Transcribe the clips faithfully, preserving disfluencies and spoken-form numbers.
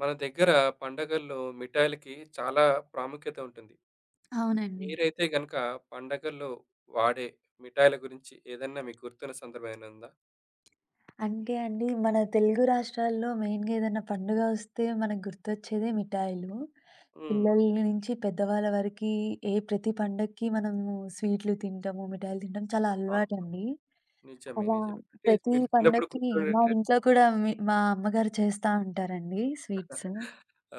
మన దగ్గర పండగల్లో మిఠాయిలకి చాలా ప్రాముఖ్యత ఉంటుంది. అవునండి. మీరైతే గనక పండగల్లో వాడే మిఠాయిల గురించి ఏదన్నా మీకు గుర్తున్న సందర్భం ఏమైనా ఉందా? అంటే అండి మన తెలుగు రాష్ట్రాల్లో మెయిన్‌గా ఏదైనా పండుగ వస్తే మనకు గుర్తొచ్చేదే మిఠాయిలు. హ్మ్. పిల్లల నుంచి పెద్దవాళ్ళ వరకి ఏ ప్రతి పండక్కి మనము స్వీట్లు తింటాము, మిఠాయిలు తింటాం చాలా అవునవును. అలవాటండి. నిజమే. అలా నిజమే. అంటే ప్రతి మీరు చిన్నప్పుడు పండక్కి మా గుర్తుండేట ఇంట్లో కూడా మి మా అమ్మగారు చేస్తా ఉంటారండి స్వీట్స్.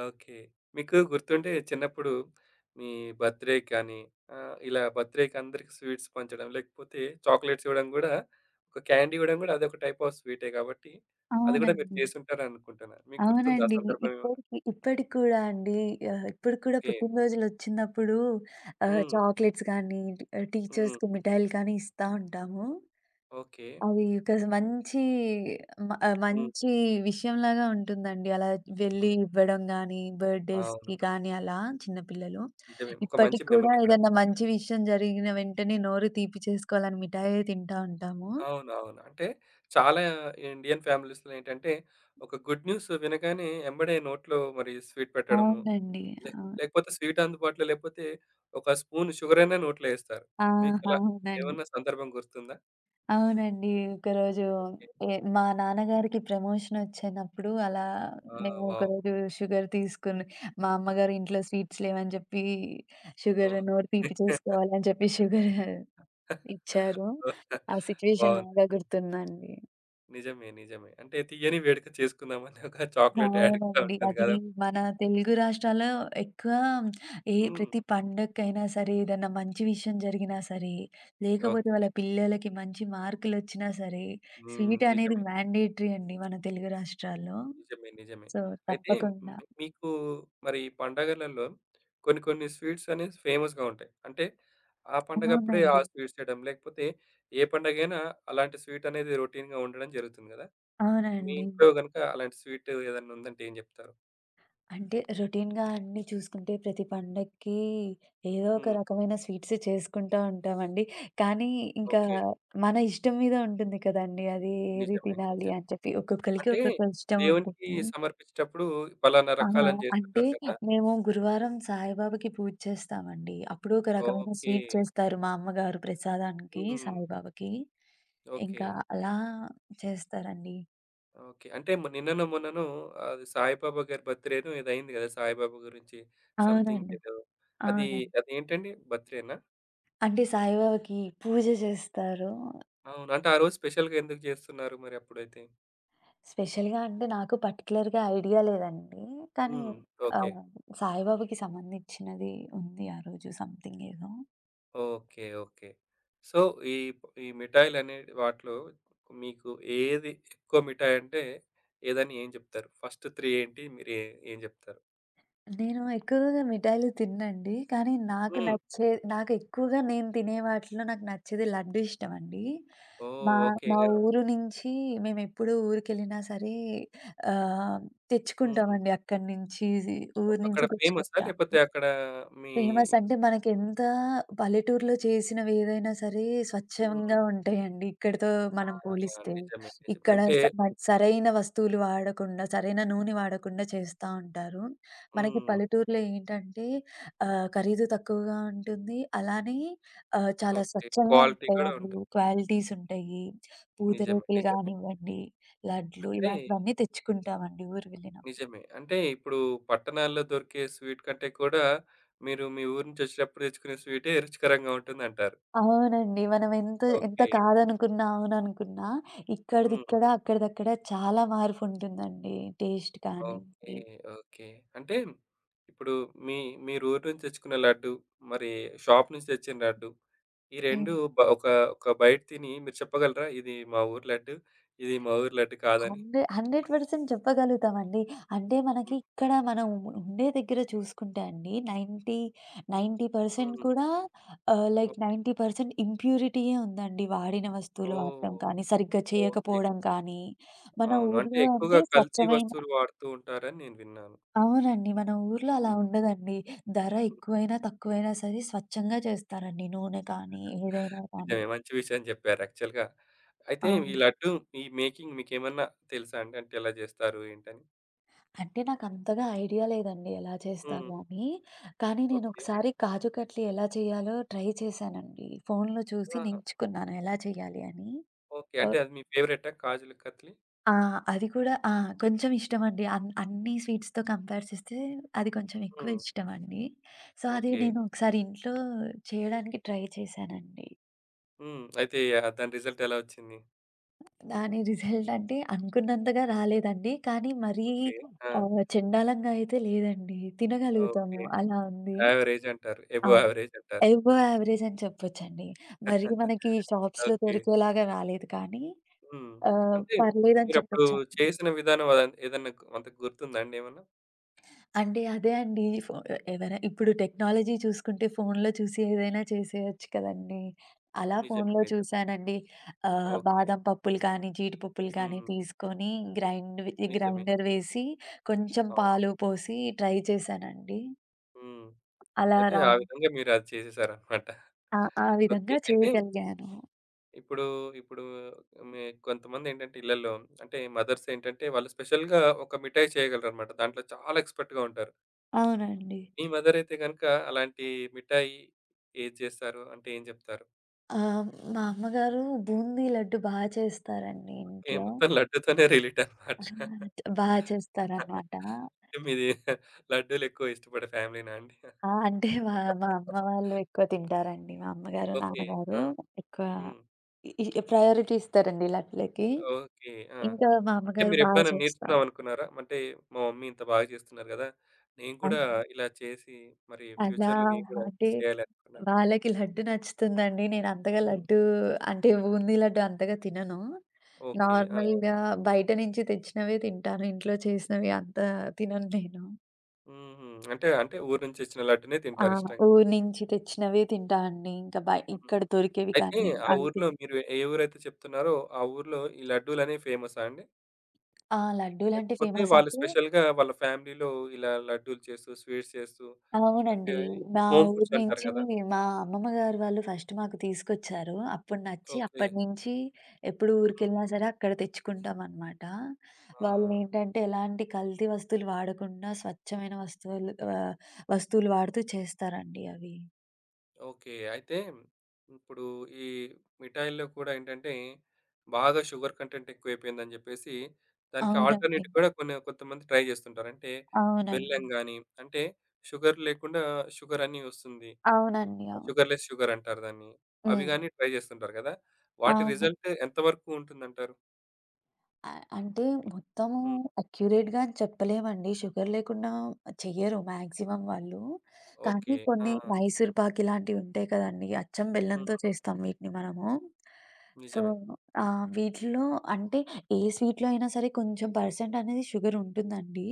ఓకే. మీకు గుర్తుంటే చిన్నప్పుడు మీ బర్త్‌డే కానీ ఆహ్, ఇలా బర్త్‌డే‌కి అందరికి స్వీట్స్ పంచడం, లేకపోతే చాక్లెట్స్ ఇవ్వడం గూడా ఒక క్యాండీ ఇవ్వడం గూడా అదొక టైప్ ఆఫ్ స్వీటే కాబట్టి, అది గూడా మీరు అవునండి. చేసుంటారనుకుంటున్నాను. మీకు గుర్తుందా ఆ అవునండి. సందర్భం ఏమన్నా? ఇప్పటికి ఇప్పటికి కూడా అండి ఆహ్, ఇప్పటికి కూడా ఓకే. పుట్టినరోజులొచ్చినప్పుడు ఆహ్, హ్మ్. చాక్లెట్స్ కానీ, ఆహ్, హ్మ్. టీచర్స్‌కి మిఠాయిలు కానీ ఇస్తా ఉంటాము. ఓకే. అది ఒక మంచి మ ఆహ్, హ్మ్. మంచి విషయంలాగా ఉంటుందండి. అలా వెళ్ళి అవును. ఇవ్వడం గానీ, అవును. బర్త్‌డేస్‌కి కానీ అలా చిన్నపిల్లలు. నిజమే. ఒక మంచి ఇప్పటికి కూడా మెమరీ కూడా. ఏదన్నా మంచి విషయం జరిగిన వెంటనే నోరు తీపి చేసుకోవాలని మిఠాయే తింటా ఉంటాము. అవునవును. అంటే చాలా ఇండియన్ ఫ్యామిలీస్‌లో ఏంటంటే ఒక గుడ్ న్యూస్ వినగానే ఎంబడే నోట్లో మరి స్వీట్ పెట్టడము, అవునండి. లే అవును. లేకపోతే స్వీట్ అందుబాటులో లేకపోతే ఒక స్పూన్ షుగర్ అయినా నోట్లో ఏస్తారు. ఆ! మీకలా అవునండి. ఏమన్నా సందర్భం గుర్తుందా? అవునండి. ఒకరోజు ఏ మా నాన్నగారికి ప్రమోషనొచ్చినప్పుడు అలా ఆ! మేము వావ్! ఒకరోజు షుగర్ తీసుకుని మా అమ్మగారు ఇంట్లో స్వీట్స్ లేవని జెప్పి షుగర్ ఓహ్! నోరు తీపి చేసుకోవాలని చెప్పి షుగర్ ఇచ్చారు. ఆ సిట్యుయేషన్ బాగా బావుందండి. గుర్తుందండి. నిజమే. నిజమే. అంటే తీయని వేడుక చేసుకుందామని ఒక చాక్లేట్ యాడ్ కూడా అవునండి. ఉంటుంది అది కదా! మన తెలుగు రాష్ట్రాల్లో ఎక్కువ ఏ హ్మ్. ప్రతి పండగకైనా సరే, ఏదన్నా మంచి విషయం జరిగినా సరే, లేకపోతే ఓకే. వాళ్ళ పిల్లలకి మంచి మార్కులొచ్చినా సరే, హ్మ్. స్వీట్ అనేది నిజమే. మ్యాండేటరీ అండి మన తెలుగు రాష్ట్రాల్లో. నిజమే. నిజమే. సో, అయితే హ్మ్. తప్పకుండా. మీకు మరి పండగలలో కొన్ని కొన్ని స్వీట్స్ అనేవి ఫేమస్‌గా ఉంటాయి. అంటే ఆ పండగప్పుడే ఆ అవునండి. స్వీట్స్ చేయడం. లేకపోతే ఏ పండగైనా అలాంటి స్వీట్ అనేది రొటీన్‌గా ఉండడం జరుగుతుంది గదా! మీ అవునండి. ఇంట్లో గనుక అలాంటి స్వీట్ ఏదన్నా ఉందంటే ఏం జెప్తారు? అంటే రొటీన్‌గా అన్నీ చూసుకుంటే ప్రతి పండక్కి ఏదో ఒక హ్మ్. రకమైన స్వీట్స్ చేసుకుంటా ఉంటామండి. కానీ ఇంకా ఓకే. మన ఇష్టం మీద ఉంటుంది కదండీ! అది ఏది నిజమే. తినాలి నిజమే. అని చెప్పి. ఒక్కొక్కళ్ళకి అంటే ఒక్కొక్క ఇష్టం దేవునికి ఉంటుంది. సమర్పించేటప్పుడు పలానా ఆ! రకాలని అంటే జేస్తుంటారు కదా! మేము గురువారం సాయిబాబాకి పూజ చేస్తామండి. అప్పుడు ఒక రకమైన ఓకే. స్వీట్ చేస్తారు మా అమ్మగారు ప్రసాదానికి హ్మ్. సాయిబాబాకి. ఓకే. ఇంకా అలా చేస్తారండి. ఓకే. అంటే మ నిన్ననో, మొన్ననో అది సాయిబాబా గారి బర్త్‌డేనో ఏదో అయింది గదా! సాయిబాబా గురించి సంథింగ్ అవునండి. ఏదో. అది అవునండి. అదేంటండి? బర్త్‌డేనా? అంటే సాయిబాబాకి పూజ చేస్తారు. అవును. అంటే ఆ రోజు స్పెషల్‌గా ఎందుకు జేస్తున్నారు మరి అప్పుడైతే? స్పెషల్‌గా అంటే నాకు పర్టిక్యులర్‌గా ఐడియా లేదండి. కానీ హ్మ్. ఓకే. ఆహ్, సాయిబాబాకి సంబంధించినది ఉంది ఆ రోజు సంథింగ్ ఏదో. ఓకే. ఓకే. సో, ఈ ఈ మిఠాయిలనే వాటిలో మీకు ఏది ఎక్కువ మిఠాయంటే ఏదని ఏం జెప్తారు? ఫస్ట్ మూడు ఏంటి? మీరు ఏ ఏం జెప్తారు? నేను ఎక్కువగా మిఠాయిలు తిననండి. కానీ నాకు హ్మ్. నచ్చే నాకు ఎక్కువగా నేను తినే వాటిలో నాకు నచ్చేది లడ్డు ఇష్టమండి. ఓహ్! మా ఓకే. మా ఆ! ఊరు నుంచి మేమెప్పుడు ఊరికెళ్ళినా సరే ఆహ్, హ్మ్. తెచ్చుకుంటామండి అక్కడి నుంచి ఊరు అక్కడ నుంచి ఫేమసా? తెచ్చుకుంటాము. లేకపోతే అక్కడ మీ ఫేమస్ అంటే మనకెంత పల్లెటూరులో చేసినవేదైనా సరే హ్మ్. స్వచ్ఛంగా ఉంటాయండి. ఇక్కడితో ఆ! మనం పోలిస్తే. నిజమే. నిజమే. ఇక్కడ అంటే స మ సరైన వస్తువులు వాడకుండా, సరైన నూనె వాడకుండా చేస్తా ఉంటారు. మనకి హ్మ్. పల్లెటూరులో ఏంటంటే ఆహ్, ఖరీదు తక్కువగా ఉంటుంది. అలానే ఆహ్, చాలా ఓకే. స్వచ్ఛంగా క్వాలిటీ గూడా ఉంటాయండి. ఉంటుంది. క్వాలిటీస్ ఉంటాయి. నిజమే. పూతరేకులు నిజమే. గానివ్వండి, లడ్లు అంటే ఇలాంటివన్నీ తెచ్చుకుంటామండి ఊరు వెళ్ళినప్పుడు. నిజమే. అంటే ఇప్పుడు పట్టణాల్లో దొరికే స్వీట్ కంటే కూడా మీరు మీ ఊరు నుంచి వచ్చేటప్పుడు తెచ్చుకునే స్వీటే రుచికరంగా ఉంటుందంటారు. అవునండి. మనం ఎంత ఎంత ఓకే. కాదనుకున్నా, అవుననుకున్నా హ్మ్. ఇక్కడిదిక్కడ, అక్కడిదక్కడ చాలా మార్పుంటుందండి. టేస్ట్ కానీ ఓకే. ఓకే. అంటే ఇప్పుడు మీ మీరు ఊరు నుంచి తెచ్చుకున్న లడ్డు, మరి షాప్ నుంచి తెచ్చిన లడ్డు. ఈ రెండు హ్మ్. బ ఒక ఒక బైట్ తిని మీరు చెప్పగలరా? ఇది మా ఊరు లడ్డు. ఇది మా ఊరు లడ్డు కాదని? హండ్రె హండ్రెడ్ పర్సెంట్ చెప్పగలుగుతామండి. అంటే మనకి హ్మ్. ఇక్కడ మనం ఉండే దగ్గర చూసుకుంటే అండి తొంభై, తొంభై శాతం కూడా ఆహ్, హ్మ్. లైక్ తొంభై శాతం ఇంప్యూరిటీయే ఉందండి. వాడిన వస్తువులు ఓహ్! వాడటం కానీ, సరిగ్గా ఓకే. చేయకపోవడం కానీ, మన అవును. అంటే ఊర్లో ఎక్కువగా అంటే కల్తీ స్వచ్ఛమైన వస్తువులు వాడుతూ ఉంటారని నేను విన్నాను. అవునండి. మన ఊర్లో అలా హ్మ్. ఉండదండి. ధర హ్మ్. ఎక్కువైనా, తక్కువైనా సరే స్వచ్ఛంగా చేస్తారండి. నూనె కానీ, ఏదైనా కానీ. నిజమే. మంచి విషయం చెప్పారు యాక్చువల్‌గా. అయితే ఆ! ఈ లడ్డు ఈ మేకింగ్ మీకేమన్నా తెలుసా అండి? అంటే ఎలా జేస్తారు ఏంటని? అంటే నాకంతగా ఐడియా లేదండి ఎలా హ్మ్. చేస్తారో అని. కానీ ఓకే. నేనొకసారి కాజు కట్లీ ఎలా చేయాలో ట్రై చేశానండి. ఫోన్‌లో చూసి ఆ! నేర్చుకున్నాను ఎలా చేయాలి అని. ఓకే. అంటే ఓహ్! అది మీ ఫేవరెట్టా కాజుల కత్లి? ఆ! అది కూడా ఆ! కొంచెం ఇష్టమండి. అన్ అన్ని స్వీట్స్‌తో కంపేర్ చేస్తే అది కొంచెం ఎక్కువ హ్మ్. ఇష్టమండి. సో, అది ఓకే. నేను ఒకసారి ఇంట్లో చేయడానికి ట్రై చేశానండి. హ్మ్. అయితే ఆహ్, దాని రిజల్ట్ ఎలా వచ్చింది? దాని రిజల్ట్ అంటే అనుకున్నంతగా రాలేదండి. కానీ మరీ ఓకే. ఆ! ఆహ్, చెండాలంగా అయితే లేదండి. ఓకే. తినగలుగుతాము అలా ఉంది. యావరేజ్ అంటారు. ఎబోవ్ అవును. యావరేజ్ అంటారు. అబోవ్ యావరేజ్ అని చెప్పొచ్చండి. మరి మనకి షాప్స్‌లో ఓకే. దొరికేలాగా రాలేదు కానీ హ్మ్. ఆహ్, అంటే పర్లేదని మీరప్పుడు చెప్పొచ్చండి. చేసిన విధానం అద ఏదన్నా అంత గుర్తుందా అండి ఏమన్నా? అంటే అదే అండి. ఫో ఎవరై ఇప్పుడు టెక్నాలజీ చూసుకుంటే ఫోన్‌లో చూసి ఏదైనా చేసేయొచ్చు కదండీ! అలా నిజమే. ఫోన్‌లో నిజమే. చూసానండి. ఆహ్, ఓకే. బాదం పప్పులు కానీ, జీడిపప్పులు కానీ హ్మ్. తీసుకొని గ్రైండ్ నిజమే. గ్రైండర్ వేసి కొంచెం అవును. పాలు పోసి ట్రై చేశానండి. హ్మ్. అలా అయితే రా ఆ విధంగా మీరు అది చేసేసారన్నమాట. ఆ! ఆ ఓకే. విధంగా అయితే చేయగలిగాను. ఇప్పుడు, ఇప్పుడు మీ కొంతమందేంటంటే ఇళ్లల్లో అంటే మదర్స్ ఏంటంటే వాళ్ళు స్పెషల్‌గా ఒక మిఠాయి చేయగలరన్నమాట. దాంట్లో చాలా ఎక్స్‌పర్ట్‌గా ఉంటారు. అవునండి. మీ మదర్ అయితే గనుక అలాంటి మిఠాయి ఏది చేస్తారు? అంటే ఏం చెప్తారు? ఆ! మా అమ్మగారు బూందీ లడ్డు బా చేస్తారండి ఓకే. ఇంట్లో. మొత్తం లడ్డుతోనే రిలేట్ అన్నమాట. బా చేస్తారనమాట. అంటే మీది లడ్డూలెక్కువ ఇష్టపడే ఫ్యామిలీనా అండి? ఆ! అంటే మా మా అమ్మ వాళ్ళు ఎక్కువ తింటారండి. మా అమ్మగారు, ఓకే. నాన్నగారు ఆ! ఎక్కువ హ్మ్. ఇ ఇ ప్రయారిటీ ఇస్తారండి లడ్లకి. ఓకే. ఆ! ఇంకా మా అంటే అమ్మగారు బాగా మీరెప్పుడైనా నేర్చుకుందాం చేస్తారు. అనుకున్నారా? అంటే మా మమ్మీ ఇంత బాగా చేస్తున్నారు గదా! నేను అన్ గూడా ఇలా చేసి మరి అలా ఫ్యూచర్‌లో నేను గూడా అంటే చేయాలనుకున్నాను. వాళ్ళకి లడ్డు నచ్చుతుందండి. నేను అంతగా హ్మ్. లడ్డు అంటే బూందీ లడ్డు అంతగా తినను. ఓకే. ఆ! నార్మల్‌గా బయట నుంచి తెచ్చినవే తింటాను. ఇంట్లో చేసినవి అంత తినను నేను. హుహు. అంటే అంటే ఊరు నుంచి వచ్చిన లడ్డునే ఆ! తింటారు ఇష్టంగా. ఊరు నుంచి తెచ్చినవే తింటా అండి. ఇంకా బై హ్మ్. ఇక్కడ దొరికేవి అయితే కానీ ఆ అవి ఊర్లో తిన్ మీరు ఏ ఊరైతే చెప్తున్నారో ఆ ఊర్లో ఈ లడ్డూలనేవి ఫేమసా అండి? ఆ! లడ్డూలంటే లేకపోతే ఫేమస్ వాళ్ళు అంటే స్పెషల్‌గా వాళ్ళ ఫ్యామిలీలో ఇలా లడ్డూలు చేస్తూ, స్వీట్స్ చేస్తూ అంటే అవునండి. మా హోమ్ ఊరు ఫుడ్స్ అంటారు నించి కదా! మా అమ్మమ్మ గారు వాళ్ళు ఫస్ట్ మాకు తీసుకొచ్చారు. అప్పుడు నచ్చి ఓకే. అప్పటినుంచి ఎప్పుడు హ్మ్. ఊరికెళ్ళినా సరే అక్కడ తెచ్చుకుంటామనమాట. ఆ! వాళ్ళేంటంటే ఎలాంటి కల్తీ వస్తువులు వాడకుండా స్వచ్ఛమైన వస్తువులు ఆహ్, వస్తువులు వాడుతూ చేస్తారండి అవి. ఓకే. అయితే ఇప్పుడు ఈ మిఠాయిల్లో కూడా ఏంటంటే బాగా షుగర్ కంటెంట్ ఎక్కువైపోయిందని చెప్పేసి దానికి అవునండి. ఆల్టర్‌నేట్ కూడా కొన్ని కొంతమంది ట్రై చేస్తుంటారు. అంటే బెల్లం అవునండి. గాని, అంటే షుగర్ లేకుండా షుగర్ అని వస్తుంది. అవునండి. అవును. షుగర్‌లెస్ షుగర్ అంటారు దాన్ని. అవి హ్మ్. గాని ట్రై చేస్తుంటారు కదా! వాటి అవును. రిజల్ట్ ఎంతవరకు ఉంటుందంటారు? ఆ! అంటే మొత్తము హ్మ్. అక్యురేట్‌గా అని చెప్పలేమండి. షుగర్ లేకుండా చెయ్యరు మాక్సిమం వాళ్ళు. ఓకే. కానీ కొన్ని ఆ! మైసూర్ పాక్ ఇలాంటివి ఉంటాయి కదండీ! అచ్చం హ్మ్. బెల్లంతో చేస్తాం వీటిని మనము. సో, నిజమే. ఆ! వీటిలో అంటే ఏ స్వీట్‌లో అయినా సరే కొంచెం పర్సెంట్ అనేది షుగర్ ఉంటుందండి.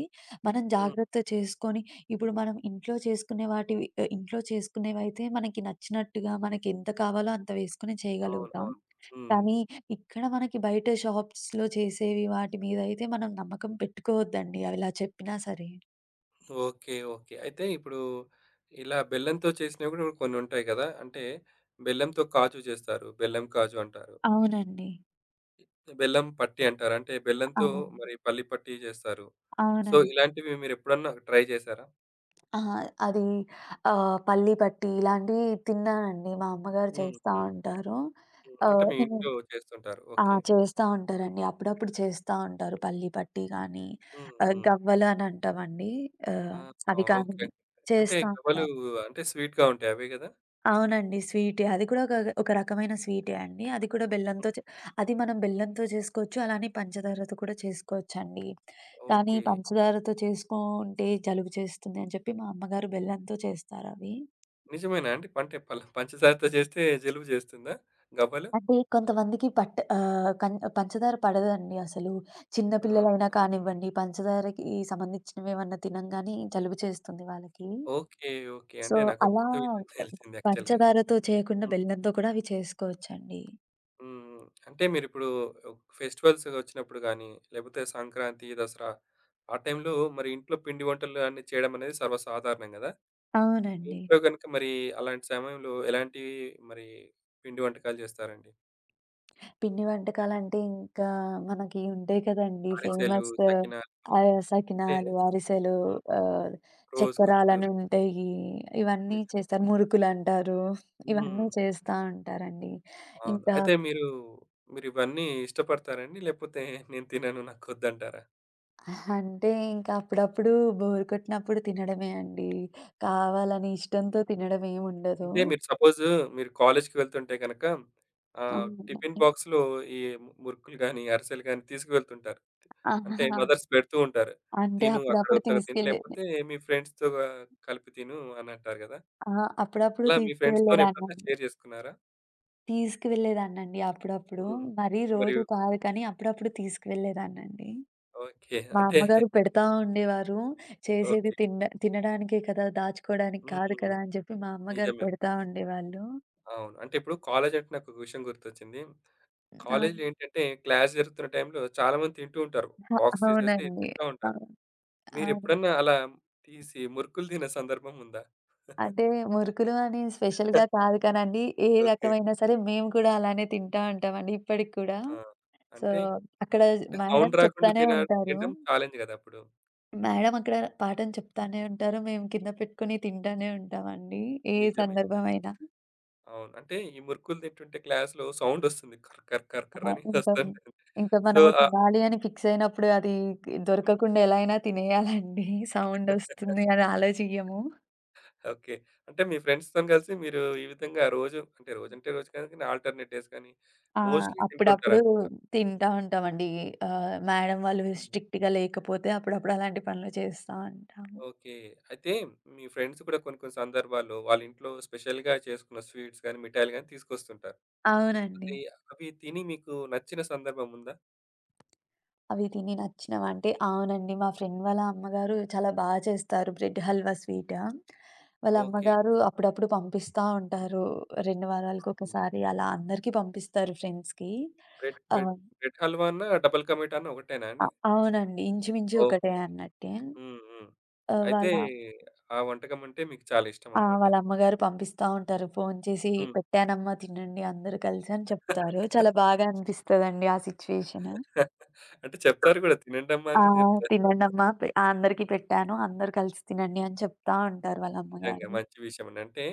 మనం హ్మ్. జాగ్రత్త చేసుకొని ఇప్పుడు మనం ఇంట్లో చేసుకునే వాటివి ఆహ్, ఇంట్లో చేసుకునేవైతే మనకి నచ్చినట్టుగా మనకి ఎంత కావాలో అంత వేసుకొని అవును. చేయగలుగుతాం. అవును. హ్మ్. కానీ ఇక్కడ మనకి బయట షాప్స్‌లో చేసేవి వాటి మీద అయితే మనం నమ్మకం పెట్టుకోవద్దండి. అవిలా చెప్పినా సరే. ఓకే. ఓకే. అయితే ఇప్పుడు ఇలా బెల్లంతో చేసినవి గూడా కొన్నుంటాయి గదా! అంటే బెల్లంతో కాజు చేస్తారు. బెల్లం కాజు అంటారు. అవునండి. బెల్లం పట్టి అంటారు. అంటే బెల్లంతో అవును. మరి పల్లి పట్టి జేస్తారు. సో, అవునండి. ఇలాంటివి మీరెప్పుడన్నా ట్రై జేశారా? ఆ! అది ఆహ్, పల్లి పట్టి ఇలాంటివి తిన్నానండి. మా అమ్మగారు హ్మ్. చేస్తా హ్మ్. ఉంటారు. హ్మ్. అంటే ఆహ్, మీ ఇవి ఇంట్లో చేస్తుంటారు. ఆ! ఓకే. చేస్తా ఉంటారండి. అప్పుడప్పుడు చేస్తా ఉంటారు. పల్లి పట్టి కానీ, హ్మ్. ఆహ్, హ్మ్. గవ్వలు అని అంటామండి. ఆహ్, ఆహా! అవి కానీ ఓకే. అంటే చేస్తా గవ్వలు ఉంటారు. అంటే స్వీట్‌గా ఉంటాయి. అవే గదా! అవునండి. స్వీటే. అది కూడా ఒక హ్మ్. ఒక రకమైన స్వీటే అండి. అది కూడా బెల్లంతో చే అది మనం బెల్లంతో చేసుకోవచ్చు. అలానే పంచదారతో కూడా చేసుకోవచ్చండి. కానీ ఓకే. పంచదారతో చేసుకుంటే జలుబు చేస్తుంది అని చెప్పి మా అమ్మగారు బెల్లంతో చేస్తారవి. నిజమేనా అండి? అంటే పల పంచదారతో చేస్తే జలుబు చేస్తుందా గవ్వలు? అంటే కొంతమందికి పట్ట ఆహ్, కన్ పంచదార పడదండి అసలు. చిన్న ఆ! పిల్లలైనా కానివ్వండి, పంచదారకి సంబంధించినవేమన్నా తినంగానే జలుబు చేస్తుంది వాళ్ళకి. ఓకే. ఓకే. సో, అంటే నాకొక అలా కొత్త విషయం తెలిసింది యాక్చువల్‌గా. పంచదారతో చేయకుండా హ్మ్. బెల్లంతో కూడా అవి చేసుకోవచ్చండి. హ్మ్. అంటే మీరిప్పుడు ఫెస్టివల్స్ వచ్చినప్పుడు గానీ, లేకపోతే సంక్రాంతి, దసరా ఆ టైంలో మరి ఇంట్లో పిండి వంటలు అన్నీ చేయడం అనేది సర్వసాధారణం గదా! మీ అవునండి. ఇంట్లో గనుక మరి అలాంటి సమయంలో ఎలాంటి మరి పిండి వంటకాలు చేస్తారండి? పిండి వంటకాలంటే ఇంకా మనకి ఉంటాయి కదండీ! అరిసెలు, ఫేమస్ సకినాలు ఆ అంటే సకినాలు, అరిసెలు, హ్మ్. ఆహ్, రోజ్ కుక్స్ చక్కరాలని ఉంటాయి. ఇవన్నీ నిజమే. చేస్తారు. మురుకులంటారు. హ్మ్. ఇవన్నీ చేస్తా ఉంటారండి. అవును. ఇంకా అయితే మీరు, మీరివన్నీ ఇష్టపడతారండి? లేపోతే నేను తినను నాకొద్దంటారా? అంటే ఇంకా అప్పుడప్పుడు బోర్ కొట్టినప్పుడు తినడమే అండి. కావాలని ఇష్టంతో తినడం ఏముండదు. అంటే మీరు సపోజ్ మీరు కాలేజ్‌కి వెళ్తుంటే గనక ఆహ్, టిఫిన్ అవునండి. బాక్స్‌లో ఈ మురుకులు గాని, అరిసెలు గాని తీసుకువెళ్తుంటారు. అంటే ఆహా! మదర్స్ పెడుతూ ఉంటారు. అంటే తిను అక్కడ అప్పుడప్పుడు ఉత్తగా తిను తీసుకెళ్ళేది. లేపోతే మీ ఫ్రెండ్స్‌తో కలిపి తిను అనంటారు గదా! ఆ! అప్పుడప్పుడు అలా మీ ఫ్రెండ్స్‌తోని ఎప్పుడన్నా తీసుకువెళ్ళేదాన్నండి. షేర్ చేసుకున్నారా? తీసుకువెళ్ళేదాన్నండి అప్పుడప్పుడు. హ్మ్. మరీ మరి రోజు కాదు కానీ అప్పుడప్పుడు తీసుకువెళ్ళేదాన్నండి. ఓకే. మా అంటే అమ్మగారు పెడతా ఉండేవారు. చేసేది ఓకే. తిండ తినడానికే కదా! దాచుకోవడానికి కాదు హ్మ్. కదా! అని చెప్పి మా అమ్మగారు నిజమే. పెడతా ఉండేవాళ్ళు. అవును. అంటే ఇప్పుడు కాలేజంటే నాకొక విషయం గుర్తొచ్చింది. ఆ! కాలేజ్‌లో ఏంటంటే క్లాస్ జరుగుతున్న టైంలో చాలామంది తింటూ ఉంటారు. అ బాక్స్ తీసేసి అవునండి. తింటా ఉంటారు. అవును. అవును. మీరెప్పుడన్నా అలా తీసి మురుకులు తిన్న సందర్భం ఉందా? అంటే మురుకులు అని స్పెషల్‌గా కాదు కానండి. ఏ ఓకే. రకమైనా సరే మేము కూడా అలానే తింటా ఉంటామండి ఇప్పటికి కూడా. ఆ! సో, అంటే, అక్కడ అంటే మేడం సౌండ్ రాకుండా చెప్తానే తిన ఉంటారు. తినడం ఛాలెంజ్ గదా! అప్పుడు. మేడం అక్కడ పాఠం చెప్తానే హ్మ్. ఉంటారు. మేము కింద పెట్టుకొని తింటానే ఉంటామండి. ఏ నిజమే. నిజమే. సందర్భమైనా. అవును. అంటే ఈ మురుకులు తింటుంటే క్లాస్‌లో సౌండ్ వస్తుంది. కర్ కర్ కర్ కర్ ఆహా! అని ఇంకా వస్తుంటుంది. ఇంకా సో, మనము ఆహ్ తినాలి అని ఫిక్స్ అయినప్పుడు అది హ్మ్. దొరకకుండా ఎలా అయినా తినేయాలండి. సౌండ్ ఒస్తుంది అని ఆలోచియ్యము. ఓకే. అంటే మీ ఫ్రెండ్స్‌తోని కలిసి మీరు ఈ విధంగా రోజు అంటే రోజంటే రోజు కాదు కానీ ఆల్టర్‌నేట్ డేస్ కానీ ఆ! మోస్ట్‌లీ అప్పుడప్పుడు తింటుంటారనమాట. తింటా ఉంటామండి. ఆహ్, మేడం వాళ్ళు హ్మ్. స్ట్రిక్ట్‌గా లేకపోతే అప్పుడప్పుడు అలాంటి పనులు చేస్తా ఉంటాము. ఓకే. అయితే మీ ఫ్రెండ్స్ కూడా కొన్ని కొన్ని సందర్భాల్లో వాళ్ళ ఇంట్లో స్పెషల్‌గా చేసుకున్న స్వీట్స్ గాని, మిఠాయిలు గాని తీసుకొస్తుంటారు. అవునండి. అది అవి తిని మీకు నచ్చిన సందర్భం ఉందా? అవి తిని నచ్చినవా? అంటే అవునండి. మా హ్మ్. ఫ్రెండ్ వాళ్ళ అమ్మగారు చాలా బా చేస్తారు బ్రెడ్ హల్వా స్వీట్. వాళ్ళ ఓకే. అమ్మగారు అప్పుడప్పుడు పంపిస్తా ఉంటారు. రెండు హ్మ్. వారాలకొకసారి అలా అందరికీ పంపిస్తారు ఫ్రెండ్స్‌కి. Bread bread ah, bread halwa అన్నా, డబుల్ కా మీఠా అన్నా ఒకటేనా అ అండి? అవునండి. ఇంచుమించు ఒకటే ఓకే. అన్నట్టే. హ్మ్. హ్మ్. ఆహ్, అయితే వాళ్ళ ఆ వంటకం అంటే మీకు చాలా ఆ! ఇష్టమన్నమాట. వాళ్ళ అమ్మగారు పంపిస్తా ఉంటారు. ఫోను చేసి హ్మ్. "పెట్టానమ్మా తినండి అందరూ కలిసి" అని చెప్తారు. చాలా బాగా అనిపిస్తదండి ఆ సిట్యుయేషను. అంటే చెప్తారు గూడా తినండమ్మా అని ఆ! గూడా చెప్తారు. తినండమ్మా పె అందరికి పెట్టాను. అందరూ కలిసి తినండి అని చెప్తా ఉంటారు వాళ్ళ నిజంగా అమ్మగారు. మంచి విషయమండి. అంటే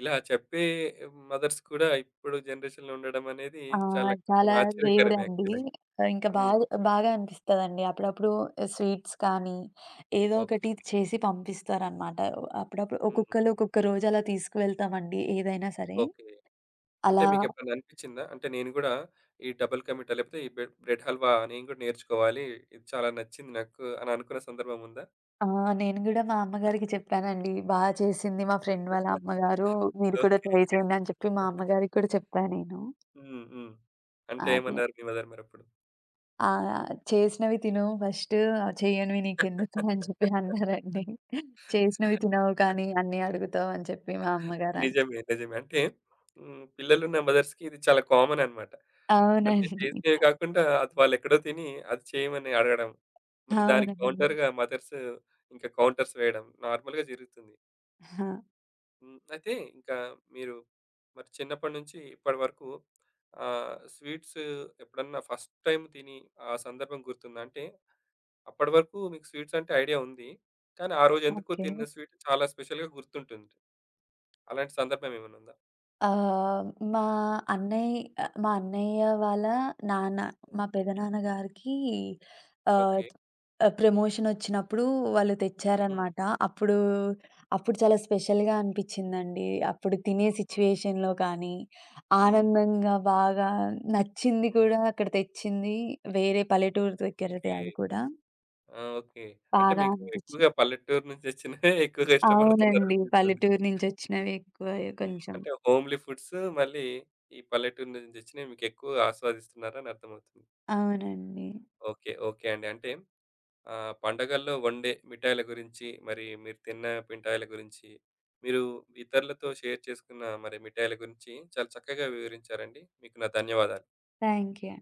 ఇలా చెప్పే మదర్స్ కూడా ఇప్పుడు జనరేషన్‌లో ఉండడం అనేది ఆ! చాలా కొంచెం చాలా రేర్ ఆశ్చర్యకరమే అండి. యాక్చువల్‌గా. ఇంకా హ్మ్. బాగా బాగా అనిపిస్తదండి. అప్పుడప్పుడు స్వీట్స్ కానీ, ఏదో ఓకే. ఒకటి చేసి పంపిస్తారనమాట. అప్పుడప్పుడు హ్మ్. ఒక్కొక్కళ్ళు ఒక్కొక్క రోజు అలా తీసుకువెళ్తామండి ఏదైనా సరే. ఓకే. అంటే అలా మీకెప్పుడైనా అనిపించిందా? అంటే నేను గూడా ఈ డబుల్ కా మీఠా లేకపోతే ఈ బ్రెడ్ బ్రెడ్ హల్వా నేను గూడా నేర్చుకోవాలి. ఇది చాలా నచ్చింది నాకు అని అనుకున్న సందర్భం ఉందా? ఆ! నేను గూడా మా అమ్మగారికి చెప్పానండి. బా చేసింది మా ఫ్రెండ్ వాళ్ళ అమ్మగారు. మీరు కూడా ఓకే. ట్రై చేయండి అని చెప్పి మా అమ్మగారికి కూడా చెప్పా నేను. హ్మ్. హ్మ్. అంటే అది ఏమన్నారు మీ మదర్ మరప్పుడు? ఆ! చేసినవి తిను ఫస్ట్ చెయ్యనివి నీకెందుకు అని చెప్పి అన్నారండి. చేసినవి తినవు కానీ అన్నీ అడుగుతావు అని చెప్పి మా అమ్మగారన్నారు. నిజమే. నిజమే. అంటే హ్మ్. పిల్లలున్న మదర్స్‌కి ఇది చాలా కామన్ అన్నమాట. అంటే అవునండి. చేసినవి కాకుండా అది వాళ్ళెక్కడో తిని అది చేయమని అడగడం. మరి దానికి అవునండి. కౌంటర్‌గా మదర్స్ ఇంకా కౌంటర్స్ వేయడం నార్మల్‌గా జరుగుతుంది. ఆ! హ్మ్. అయితే ఇంకా మీరు మరి చిన్నప్పటి నుంచి ఇప్పటి వరకు ఆహ్, స్వీట్స్ ఎప్పుడన్నా ఫస్ట్ టైమ్ తిని ఆ సందర్భం గుర్తుందా? అంటే అప్పటి వరకు మీకు స్వీట్స్ అంటే ఐడియా ఉంది. కానీ ఆ రోజు ఎందుకో ఓకే. తిన్న స్వీట్ చాలా స్పెషల్‌గా గుర్తుంటుంది. అలాంటి సందర్భం ఏమైనా ఉందా? ఆహ్, మా అన్నయ్య మా అన్నయ్య వాళ్ళ నాన్న, మా పెదనాన్న గారికి ఆహ్ ఓకే. ఆహ్, ప్రమోషనొచ్చినప్పుడు వాళ్ళు హ్మ్. తెచ్చారనమాట. అప్పుడు, అప్పుడు చాలా స్పెషల్‌గా అనిపిచ్చిందండి. అప్పుడు తినే సిచ్యుయేషన్‌లో కానీ, హ్మ్. ఆనందంగా బాగా నచ్చింది హ్మ్. కూడా అక్కడ తెచ్చింది. వేరే పల్లెటూరు దగ్గరదే ఓకే. అది కూడా. ఆ! ఓకే. అంటే బాగా మీకు అనిపిచ్చి ఎక్కువగా పల్లెటూరు నుంచొచ్చినవే ఎక్కువగా అవునండి. ఇష్టపడుతున్నారనిపిస్తుంది. పల్లెటూరు నుంచొచ్చినవి ఎక్కువ హ్మ్. కొంచెం. అంటే హోమ్‌లీ ఫుడ్స్ మళ్ళీ ఈ పల్లెటూరు నుంచొచ్చినవి మీకెక్కువ ఆస్వాదిస్తున్నారని అర్థమవుతుంది. అవునండి. ఓకే. ఓకే అండి. అంటే ఆహ్, పండగల్లో వండే మిఠాయిల గురించి, మరి మీరు తిన్న మిఠాయిల గురించి, మీరు ఇతరులతో షేర్ చేసుకున్న మరి మిఠాయిల గురించి చాలా చక్కగా వివరించారండి. మీకు నా ధన్యవాదాలు. Thank you.